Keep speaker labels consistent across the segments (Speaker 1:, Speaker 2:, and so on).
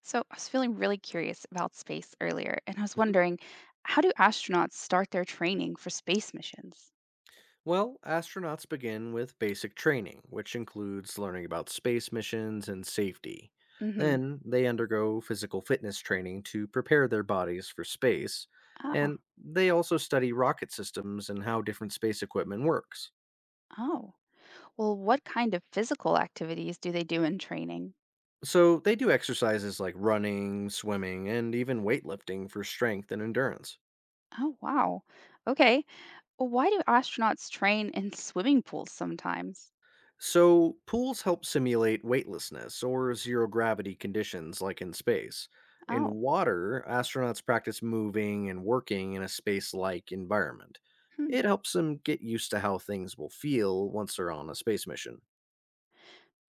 Speaker 1: So, I was feeling really curious about space earlier, and I was
Speaker 2: Mhm.
Speaker 1: wondering, how do astronauts start their training for space missions?
Speaker 2: Well, astronauts begin with basic training, which includes learning about space missions and safety.
Speaker 1: Mm-hmm.
Speaker 2: Then they undergo physical fitness training to prepare their bodies for space,
Speaker 1: Oh,
Speaker 2: and they also study rocket systems and how different space equipment works.
Speaker 1: oh. Well, what kind of physical activities do they do in training?
Speaker 2: So they do exercises like running, swimming, and even weightlifting for strength and endurance.
Speaker 1: Oh, wow. Okay. Well, why do astronauts train in swimming pools sometimes?
Speaker 2: So, pools help simulate weightlessness or zero gravity conditions like in space. In
Speaker 1: Oh,
Speaker 2: water, astronauts practice moving and working in a space like environment.
Speaker 1: hmm.
Speaker 2: It helps them get used to how things will feel once they're on a space mission.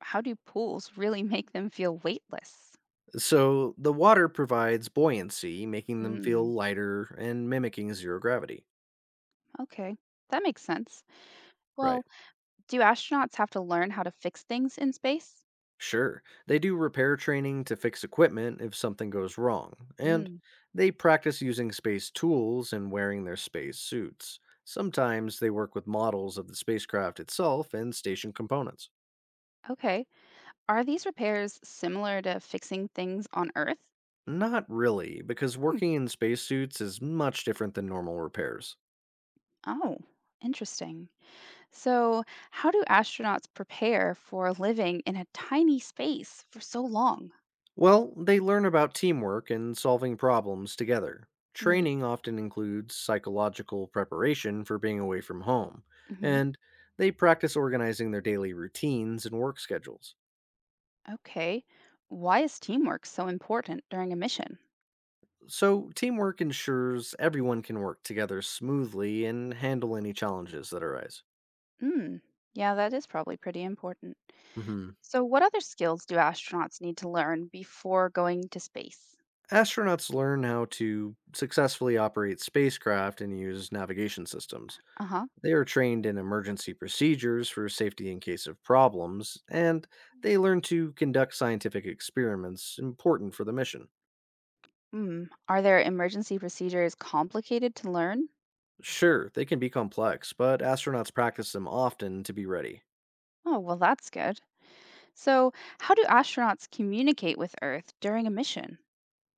Speaker 1: How do pools really make them feel weightless?
Speaker 2: So, the water provides buoyancy, making them feel
Speaker 1: Mm,
Speaker 2: lighter and mimicking zero gravity.
Speaker 1: okay. That makes sense.
Speaker 2: Right.
Speaker 1: Well, do astronauts have to learn how to fix things in space?
Speaker 2: Sure, they do repair training to fix equipment if something goes wrong, and
Speaker 1: Mm,
Speaker 2: they practice using space tools and wearing their space suits. Sometimes they work with models of the spacecraft itself and station components.
Speaker 1: okay. Are these repairs similar to fixing things on Earth?
Speaker 2: Not really, because
Speaker 1: Hmm.
Speaker 2: working in spacesuits is much different than normal repairs.
Speaker 1: Oh, interesting. So, how do astronauts prepare for living in a tiny space for so long?
Speaker 2: Well, they learn about teamwork and solving problems together.
Speaker 1: Hmm.
Speaker 2: Training often includes psychological preparation for being away from home,
Speaker 1: Hmm.
Speaker 2: and they practice organizing their daily routines and work schedules.
Speaker 1: Okay. Why is teamwork so important during a mission?
Speaker 2: So, teamwork ensures everyone can work together smoothly and handle any challenges that arise.
Speaker 1: Hmm. Yeah, that is probably pretty important.
Speaker 2: Hmm.
Speaker 1: So, what other skills do astronauts need to learn before going to space?
Speaker 2: Astronauts learn how to successfully operate spacecraft and use navigation systems.
Speaker 1: Uh huh.
Speaker 2: They are trained in emergency procedures for safety in case of problems, and they learn to conduct scientific experiments important for the mission.
Speaker 1: Hmm. Are their emergency procedures complicated to learn?
Speaker 2: Sure, they can be complex, but astronauts practice them often to be ready.
Speaker 1: Oh, well, that's good. So, how do astronauts communicate with Earth during a mission?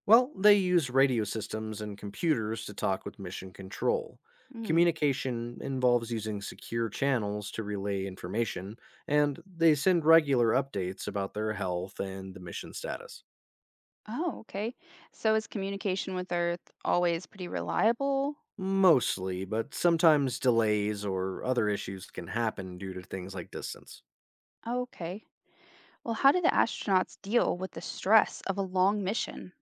Speaker 2: Well, they use radio systems and computers to talk with mission control.
Speaker 1: Mm.
Speaker 2: Communication involves using secure channels to relay information, and they send regular updates about their health and the mission status.
Speaker 1: Oh, okay. So, is communication with Earth always pretty reliable?
Speaker 2: Mostly, but sometimes delays or other issues can happen due to things like distance.
Speaker 1: Okay. Well, how do the astronauts deal with the stress of a long mission?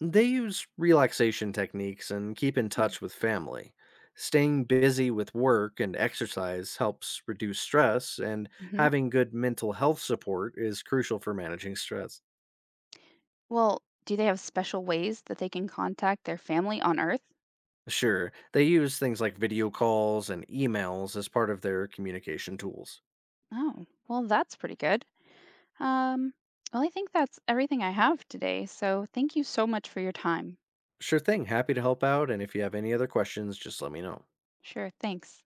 Speaker 2: They use relaxation techniques and keep in touch with family. Staying busy with work and exercise helps reduce stress, and
Speaker 1: Mm-hmm.
Speaker 2: having good mental health support is crucial for managing stress.
Speaker 1: Well, do they have special ways that they can contact their family on Earth?
Speaker 2: Sure, they use things like video calls and emails as part of their communication tools.
Speaker 1: Oh, well, that's pretty good. Um, well, I think that's everything I have today. So, thank you so much for your time.
Speaker 2: Sure thing, happy to help out, and if you have any other questions, just let me know.
Speaker 1: Sure, thanks.